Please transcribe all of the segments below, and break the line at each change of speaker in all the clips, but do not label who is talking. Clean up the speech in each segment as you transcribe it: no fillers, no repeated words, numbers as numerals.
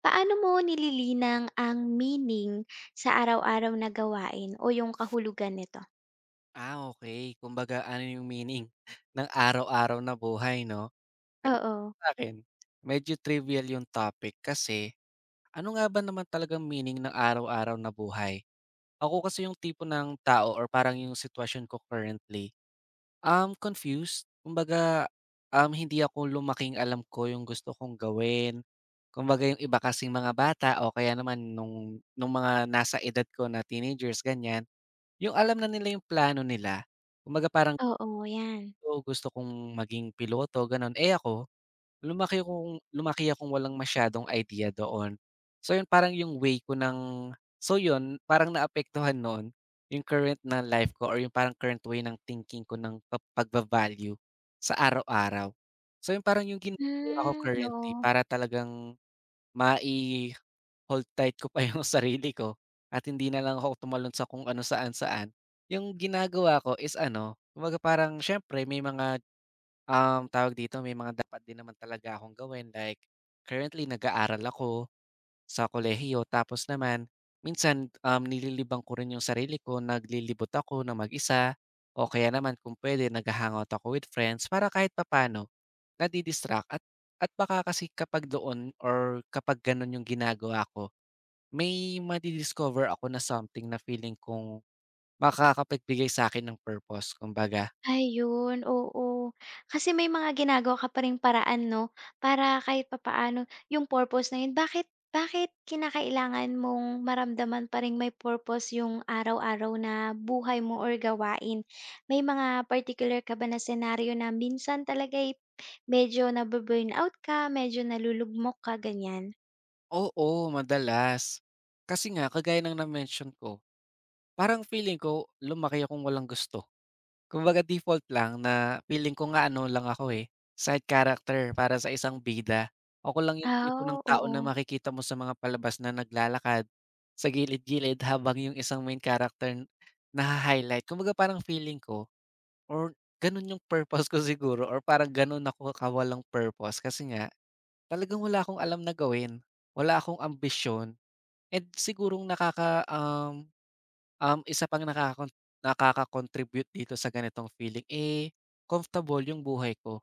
Paano mo nililinang ang meaning sa araw-araw na gawain o yung kahulugan nito?
Ah, okey. Kumbaga ano yung meaning ng araw-araw na buhay 'no? Ay
Oo.
sa'kin, medyo trivial yung topic kasi ano nga ba naman talagang meaning ng araw-araw na buhay? Ako kasi yung tipo ng tao or parang yung sitwasyon ko currently, I'm confused. Kumbaga, hindi ako lumaking alam ko yung gusto kong gawin. Kumbaga yung iba kasing mga bata o kaya naman nung mga nasa edad ko na teenagers, ganyan, yung alam na nila yung plano nila. Kumbaga parang.
Oo, 'yan.
So, gusto kong maging piloto gano'n. Eh, ako lumaki akong walang masyadong idea doon. So, 'yun parang yung way ko ng so 'yun parang naapektuhan no'n yung current na life ko or yung parang current way ng thinking ko ng pa pagva sa araw-araw. So, 'yun parang yung ginagawa ko
Hmm,
currently
oo.
para talagang mai-hold tight ko pa yung sarili ko at hindi na lang ako tumalon sa kung ano saan-saan. Yung ginagawa ko is ano, kumbaga parang siyempre may mga. Tawag dito, may mga dapat din naman talaga akong gawin like currently nag-aaral ako sa kolehiyo tapos naman minsan, nililibang ko rin yung sarili ko, naglilibot ako na mag-isa o kaya naman kung pwede nagha-hangout ako with friends para kahit papaano nadi-distract at baka kasi kapag doon or kapag gano'n yung ginagawa ko, may madidiscover ako na something na feeling kong makakapagbigay sa akin ng purpose kumbaga.
Ayun, oo. Kasi may mga ginagawa ka pa ring paraan 'no, para kahit papaano yung purpose na yun, bakit bakit kinakailangan mong maramdaman pa ring may purpose yung araw-araw na buhay mo or gawain? May mga particular ka ba na senaryo na minsan talaga, eh, medyo out ka, medyo nalulugmok ka, ganyan?
Oo, madalas. Kasi nga kagaya ng na-mention ko, parang feeling ko lumaki akong walang gusto. Kumbaga default lang na feeling ko nga ano lang ako, eh, side character para sa isang bida. Ako lang yung
Ah,
tipo ng
oo.
tao na
Oo.
makikita mo sa mga palabas na naglalakad sa gilid-gilid habang yung isang main character naha-highlight. Kumbaga parang feeling ko or gano'n yung purpose ko siguro or parang gano'n ako kawalang purpose kasi nga talagang wala akong alam na gawin, wala akong ambisyon. And sigurong isa pang nakaka-contribute dito sa ganitong feeling, eh, comfortable yung buhay ko.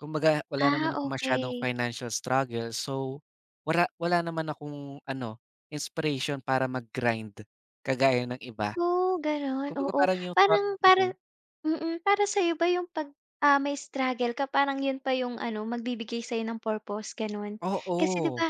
Kumbaga wala naman
Ah,
akong masyadong
okay.
financial struggle, so wala wala naman akong ano, inspiration para mag-grind kagaya ng iba.
Oh, gano'n,
Kumbaga
oo.
parang yung thought
Para
mm,
para sa'yo ba yung 'pag, ah, may struggle ka, parang yun pa yung ano, magbibigay sa'yo ng purpose, gano'n? Kasi 'di
oo,
ba,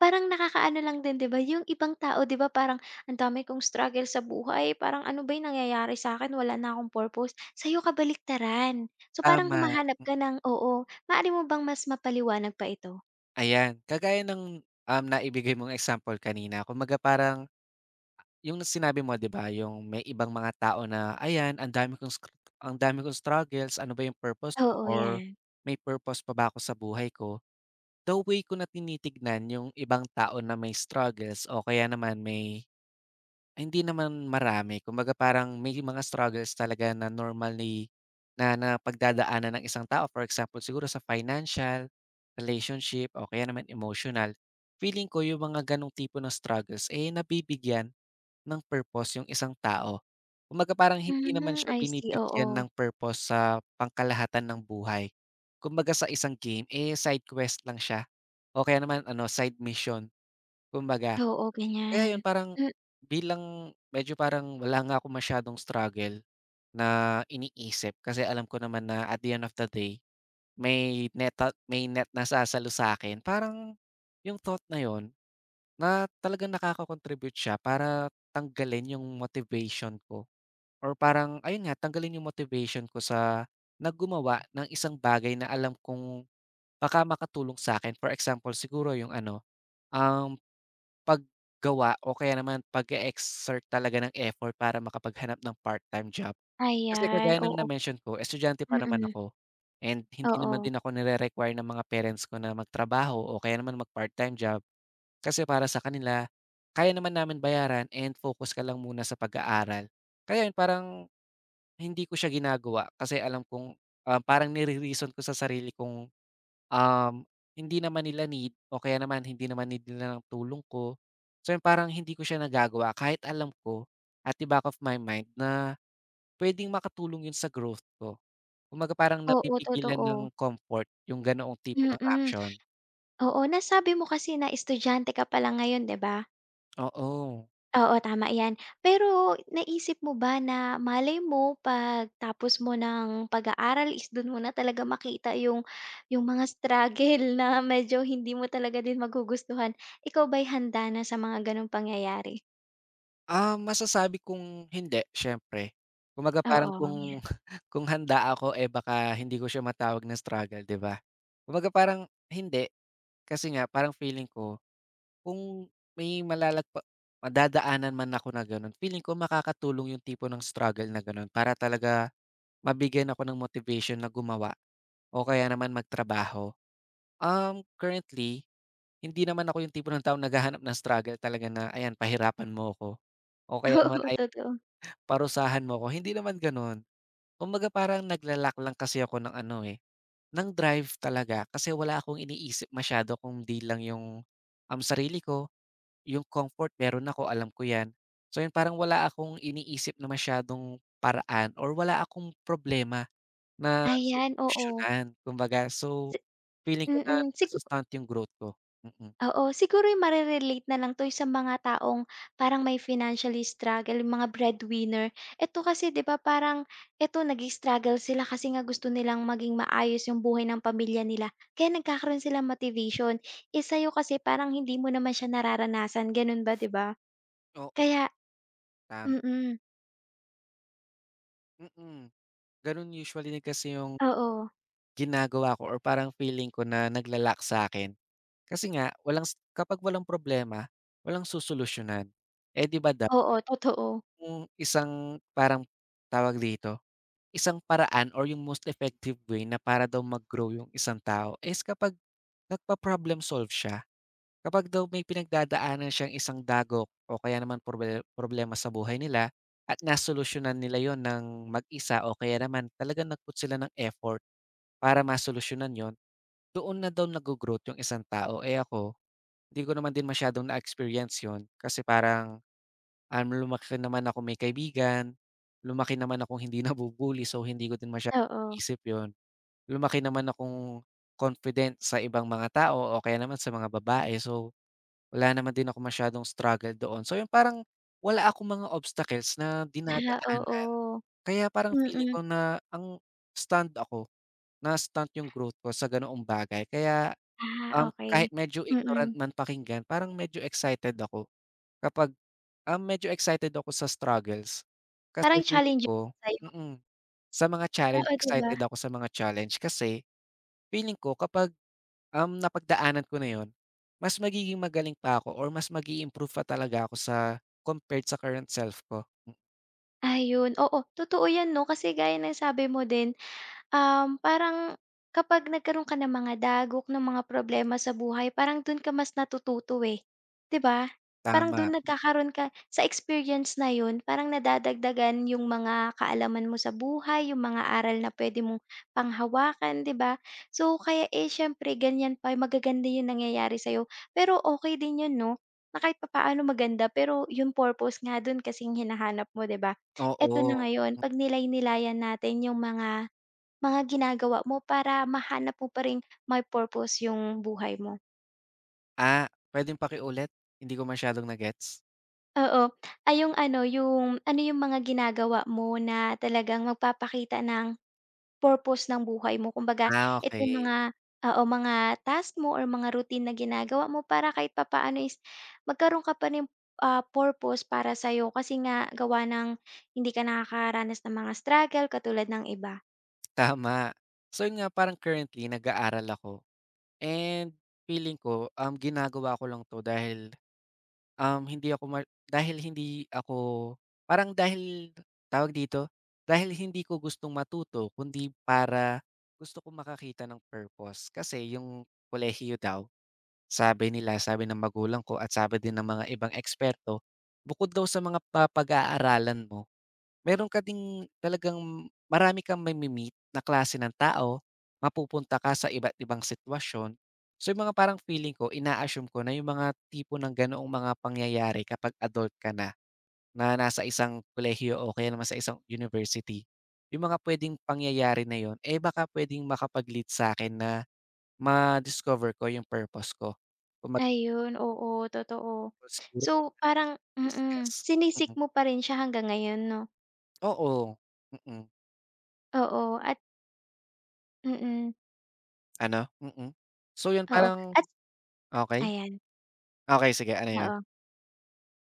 parang nakakaano lang din 'di ba, yung ibang tao 'di ba parang, "Ang dami kong struggle sa buhay, parang ano ba yung nangyayari sa'kin, wala na akong purpose." Sa'yo kabaliktaran. So, parang
tama,
humahanap ka ng, oo, maaari mo bang mas mapaliwanag pa ito?
ayan. Kagaya ng, naibigay mong example kanina, kumbaga parang. Yung sinabi mo 'di ba, yung may ibang mga tao na, "Ayan ang dami kong ang dami kong struggles, ano ba yung purpose ko
Oo,
or
'yan.
may purpose pa ba ako sa buhay ko?" The way ko na tinitignan yung ibang tao na may struggles o kaya naman may ay hindi naman marami, kumbaga parang may mga struggles talaga na normally na napagdadaanan ng isang tao. For example, siguro sa financial, relationship o kaya naman emotional. Feeling ko yung mga gano'ng tipo ng struggles, eh, nabibigyan ng purpose yung isang tao. Kumbaga parang hindi naman
Hmm,
siya
I see,
binibigyan
oo.
ng purpose sa pangkalahatan ng buhay. Kumbaga sa isang game, eh, side quest lang siya o kaya naman ano, side mission kumbaga.
Oo,
Kaya
ganyan.
yun parang
Hmm,
bilang medyo parang wala nga akong masyadong struggle na iniisip kasi alam ko naman na at the end of the day may net may net na sasalo sa'kin. Parang yung thought na yun na talagang nakaka-contribute siya para tanggalin yung motivation ko or parang ayun nga, tanggalin yung motivation ko sa na ng isang bagay na alam kong baka makatulong sa akin. For example, siguro yung ano, um, paggawa o kaya naman pag exert talaga ng effort para makapaghanap ng part-time job. Kasi
ayan,
kagaya ng
oo.
na-mention ko, estudyante pa naman
Mm,
ako and hindi naman
oo.
din ako nire-require ng mga parents ko na magtrabaho o kaya naman mag part-time job. Kasi para sa kanila, kaya naman namin bayaran and focus ka lang muna sa pag-aaral. Kaya yun parang hindi ko siya ginagawa kasi alam kong, ah, parang nire-reason ko sa sarili kong, um, hindi naman nila need o kaya naman hindi naman need nila ng tulong ko. So yun parang hindi ko siya nagagawa kahit alam ko at the back of my mind na puwedeng makatulong yun sa growth ko. Kumbaga parang
Oo,
napipigilan
totoo.
ng comfort yung ganoong tipo ng
Mm.
action.
Oo, nasabi mo kasi na estudyante ka pa lang ngayon, 'di ba?
Oo.
Oo, tama 'yan. Pero naisip mo ba na malay mo pagtapos mo ng pag-aaral is do'n mo na talaga makita yung mga struggle na medyo hindi mo talaga din magugustuhan. Ikaw ba'y handa na sa mga gano'ng pangyayari?
Ah, masasabi kong hindi, siyempre. Kumbaga parang
Oo,
kung
'yan.
kung handa ako, eh, baka hindi ko siya matawag na struggle, 'di ba? Kumbaga parang hindi, kasi nga parang feeling ko kung may madadaanan man ako na gano'n, feeling ko makakatulong yung tipo ng struggle na gano'n para talaga mabigyan ako ng motivation na gumawa o kaya naman magtrabaho. Currently, hindi naman ako yung tipo ng tao naghahanap ng struggle talaga na, ayan, pahirapan mo ako o kaya naman
Oo, totoo.
parusahan mo ko, hindi naman gano'n. Kumbaga parang naglalak lang kasi ako ng ano, eh, ng drive talaga kasi wala akong iniisip masyado kung di lang yung, sarili ko, yung comfort meron ako, alam ko 'yan. So, yun parang wala akong iniisip na masyadong paraan or wala akong problema na
Ayan, oo.
sosolusyunan kumbaga. So,
Si
feeling ko na
mm, sig
nasustant yung growth ko, mm.
Oo, siguro yung na lang 'to yung sa mga taong parang may financially struggle, yung mga breadwinner. Eto kasi 'di ba parang eto nag struggle sila kasi nga gusto nilang maging maayos yung buhay ng pamilya nila, kaya nagkakaroon sila motivation. Eh, sa'yo kasi parang hindi mo naman siya nararanasan, gano'n ba 'di ba?
Oo,
Kaya
tama,
mm,
mm. Gano'n usually na kasi yung
oo.
ginagawa ko or parang feeling ko na naglalak sa akin. Kasi nga walang kapag walang problema, walang sosolusyonan. Eh, 'di ba daw
Oo, totoo.
yung isang parang tawag dito, isang paraan or yung most effective way na para daw mag-grow yung isang tao is kapag nagpa-problem solve siya. Kapag daw may pinagdadaanan siyang isang dagok o kaya naman problema sa buhay nila at nasolusyonan nila yon ng mag-isa o kaya naman talagang nag sila ng effort para masolusyunan yon doon na daw naggo-growth yung isang tao. Eh, ako hindi ko naman din masyadong na-experience yun kasi parang, lumaki naman ako may kaibigan, lumaki naman akong hindi nabu so hindi ko din masyadong
Oo.
iniisip yun. Lumaki naman akong confident sa ibang mga tao o kaya naman sa mga babae so wala naman din ako masyadong struggle doon. So yung parang wala akong mga obstacles na
Ah, oo.
dinadaanan kaya parang
Mm.
feeling
Mm.
ko na ang stand ako, na-stunt yung growth ko sa ganoong bagay kaya.
Ah,
Kahit
okey.
medyo ignorant
Mm.
man pakinggan parang medyo excited ako kapag, medyo excited ako sa struggles. Kasi
Parang
feeling
challenging
ko
sa'yo.
mm. Sa mga challenge
Oo, 'di ba?
excited ako sa mga challenge kasi feeling ko kapag, napagdaanan ko na 'yun, mas magiging magaling pa ako or mas mag-i-improve pa talaga ako sa compared sa current self ko. Hmm,
Ayun, oo, totoo 'yan 'no, kasi gaya ng sabi mo din, parang kapag nagkaroon ka ng mga dagok, ng mga problema sa buhay, parang dun ka mas natututo, eh, 'di ba? Parang
tama,
dun nagkakaroon ka sa experience na yun, parang nadadagdagan yung mga kaalaman mo sa buhay, yung mga aral na puwede mong panghawakan, 'di ba? So, kaya, eh, siyempre ganyan pa magaganda yung nangyayari sa'yo. Pero okay din yun 'no, na kahit papaano maganda, pero yung purpose nga dun kasing hinahanap mo, 'di ba? Eto na
oo.
ngayon 'pag nilay-nilayan natin yung mga ginagawa mo para mahanap mo pa ring may purpose yung buhay mo?
Ah, puwedeng pakiulit? Hindi ko masyadong na-gets.
Oo, ay yung ano, yung ano yung mga ginagawa mo na talagang magpapakita ng purpose ng buhay mo? Kumbaga,
Ah,
ito yung
okey,
mga, oo, mga task mo or mga routine na ginagawa mo para kahit papaano is magkaroon ka pa ring, ah, purpose para sa'yo kasi nga gawa ng hindi ka nakakaranas ng mga struggle katulad ng iba.
tama. So 'yun nga parang currently nag-aaral ako. And feeling ko, ginagawa ko lang 'to dahil, hindi ako dahil hindi ako parang dahil tawag dito, dahil hindi ko gustong matuto kundi para gusto ko makakita ng purpose. Kasi yung kolehiyo daw, sabi nila, sabi ng magulang ko at sabi din ng mga ibang eksperto, bukod daw sa mga mapag-aaralan mo meron ka ding talagang marami kang may meet na klase ng tao, mapupunta ka sa iba't ibang sitwasyon. So, yung mga parang feeling ko, ina-assume ko na yung mga tipo ng ganoong mga pangyayari kapag adult ka na, na nasa isang kolehiyo o kaya naman sa isang university. Yung mga puwedeng pangyayari na yon eh, baka puwedeng makapag-lead sa akin na ma-discover ko yung purpose ko. Kung
Ayun, oo, totoo.
magkaroon siguro
So, parang
business.
sinisik
Mm,
mo pa rin siya hanggang ngayon 'no?
oo, mm.
Oo, at mm,
Ano? Mm. So, yun
oo
parang
at
okay.
ayan,
Okey, sige ano yun?
oo,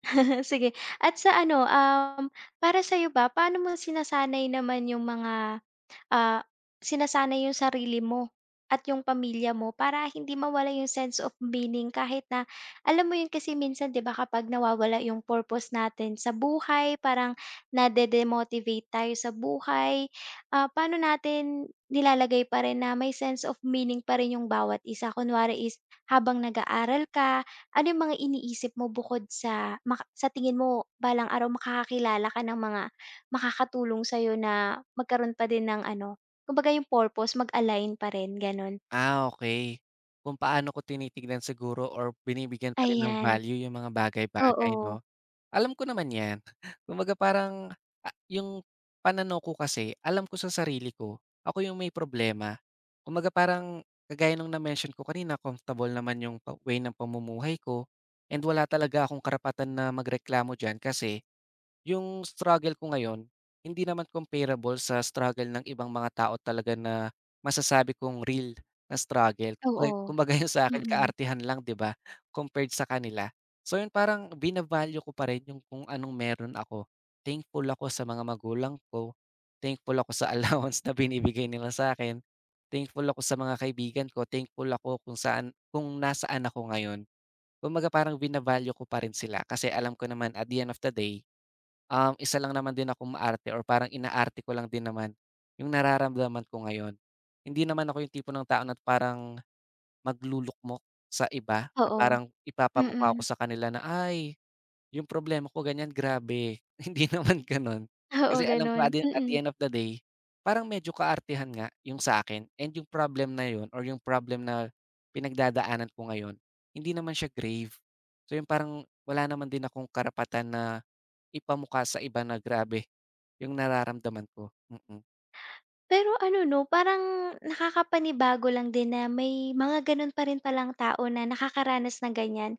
sige. At sa ano, para sa'yo ba, paano mo sinasanay naman yung mga, ah, sinasanay yung sarili mo at yung pamilya mo para hindi mawala yung sense of meaning kahit na alam mo yun, kasi minsan 'di ba kapag nawawala yung purpose natin sa buhay, parang nade-demotivate tayo sa buhay, ah, paano natin nilalagay pa rin na may sense of meaning pa rin yung bawat isa? Kunwari is habang nag-aaral ka, ano yung mga iniisip mo bukod sa sa tingin mo balang araw makakakilala ka ng mga makakatulong sa'yo na magkaroon pa din ng ano, kumbaga yung purpose mag-align pa rin gano'n.
Ah, okey. Kung paano ko tinitignan siguro or binibigyan pa rin ng
Ayan,
value yung mga bagay-bagay
oo,
'no? Alam ko naman yan. Kumbaga parang, ah, yung pananaw ko kasi alam ko sa sarili ko, ako yung may problema. Kumbaga parang kagaya nung na-mention ko kanina comfortable naman yung pa way ng pamumuhay ko and wala talaga akong karapatan na magreklamo diyan kasi yung struggle ko ngayon, hindi naman comparable sa struggle ng ibang mga tao talaga na masasabi kong real na struggle. Kumpaga'y
oo,
kumbaga yun sa akin
mm,
kaartihan lang 'di ba, compared sa kanila. So yun parang bina ko pa rin yung kung anong meron ako. Thankful ako sa mga magulang ko, thankful ako sa allowance na binibigay nila sa akin. Thankful ako sa mga kaibigan ko, thankful ako kung nasaan ako ngayon. Kumbaga parang bina ko pa rin sila kasi alam ko naman at the end of the day isa lang naman din akong maarte or parang inaarte ko lang din naman yung nararamdaman ko ngayon. Hindi naman ako yung tipo ng tao na parang maglulukmok sa iba, na
oo,
parang ipapamukha ko
mm,
sa kanila na, "Ay, yung problema ko ganyan grabe," hindi naman gano'n.
oo
Kasi alam ko
gano'n,
at the
mm.
end of the day, parang medyo kaartehan nga yung sa akin and yung problem na yun or yung problem na pinagdadaanan ko ngayon, hindi naman siya grave. So yung parang wala naman din akong karapatan na ipamukha sa iba na grabe yung nararamdaman ko, mm.
Pero ano 'no, parang nakakapanibago lang din na may mga gano'n pa rin palang tao na nakakaranas ng ganiyan.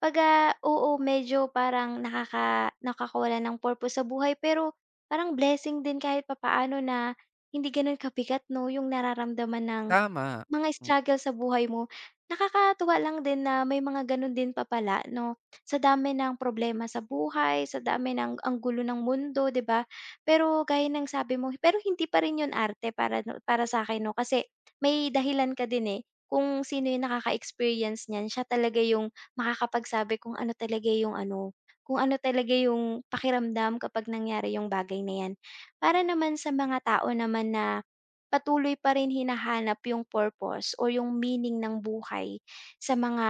'Pagka oo, medyo parang nakakawala ng purpose sa buhay, pero parang blessing din kahit papaano na hindi gano'n kabigat 'no, yung nararamdaman ng
Tama.
mga
Hmm,
struggle sa buhay mo, nakakatuwa lang din na may mga gano'n din pa pala 'no, sa dami ng problema sa buhay, sa dami ng ang gulo ng mundo, 'di ba? Pero gaya ng sabi mo, pero hindi pa rin 'yun arte para sa'kin 'no, kasi may dahilan ka din, eh, kung sino yung nakaka-experience niyan siya talaga yung makakapagsabi kung ano talaga yung ano, kung ano talaga yung pakiramdam kapag nangyari yung bagay na 'yan. Para naman sa mga tao naman na patuloy pa rin hinahanap yung purpose o yung meaning ng buhay sa mga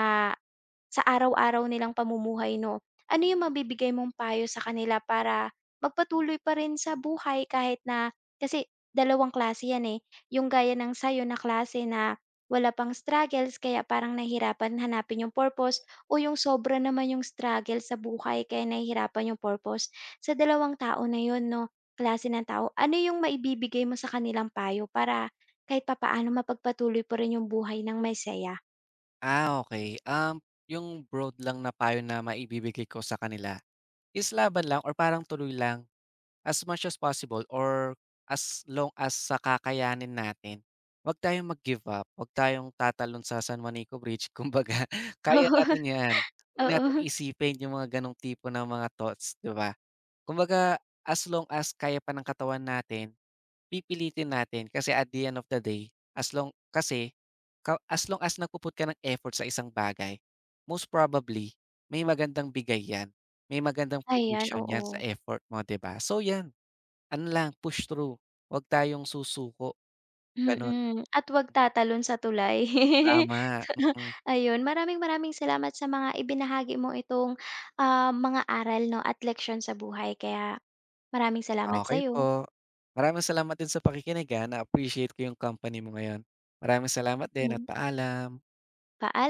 sa araw-araw nilang pamumuhay 'no, ano yung mabibigay mong payo sa kanila para magpatuloy pa rin sa buhay kahit na kasi dalawang klase yan, eh, yung gaya ng sa'yo na klase na wala pang struggles kaya parang nahihirapan hanapin yung purpose o yung sobra naman yung struggle sa buhay kaya nahihirapan yung purpose. Sa dalawang tao na yun 'no, klase ng tao, ano yung maibibigay mo sa kanilang payo para kahit papaano mapagpatuloy pa rin yung buhay ng may saya?
ah, okay. Yung broad lang na payo na maibibigay ko sa kanila is laban lang or parang tuloy lang. As much as possible or as long as sa kakayanin natin, 'wag tayong mag-give up, 'wag tayong tatalon sa San Juanico Bridge. Kumbaga kaya natin
Oo.
'yan, 'wag nating isipin yung mga gano'ng tipo ng mga thoughts, 'di ba? Kumbaga as long as kaya pa ng katawan natin pipilitin natin kasi at the end of the day, as long kasi ka as long as nagpu-put ka ng effort sa isang bagay, most probably may magandang bigay 'yan, may magandang
Ayan,
provision 'yan
oo.
sa effort mo, 'di ba? So 'yan, ano lang, push through, 'wag tayong susuko, gano'n.
Mm, at 'wag tatalon sa tulay.
Tama, mm.
Ayun, maraming-maraming salamat sa mga ibinahagi mo itong, ah, mga aral 'no at leksyon sa buhay kaya maraming salamat sa.
Okey po. Maraming salamat din sa pakikinig, ah, na-appreciate ko yung company mo ngayon. Maraming salamat din at
Mm,
paalam.
paalam.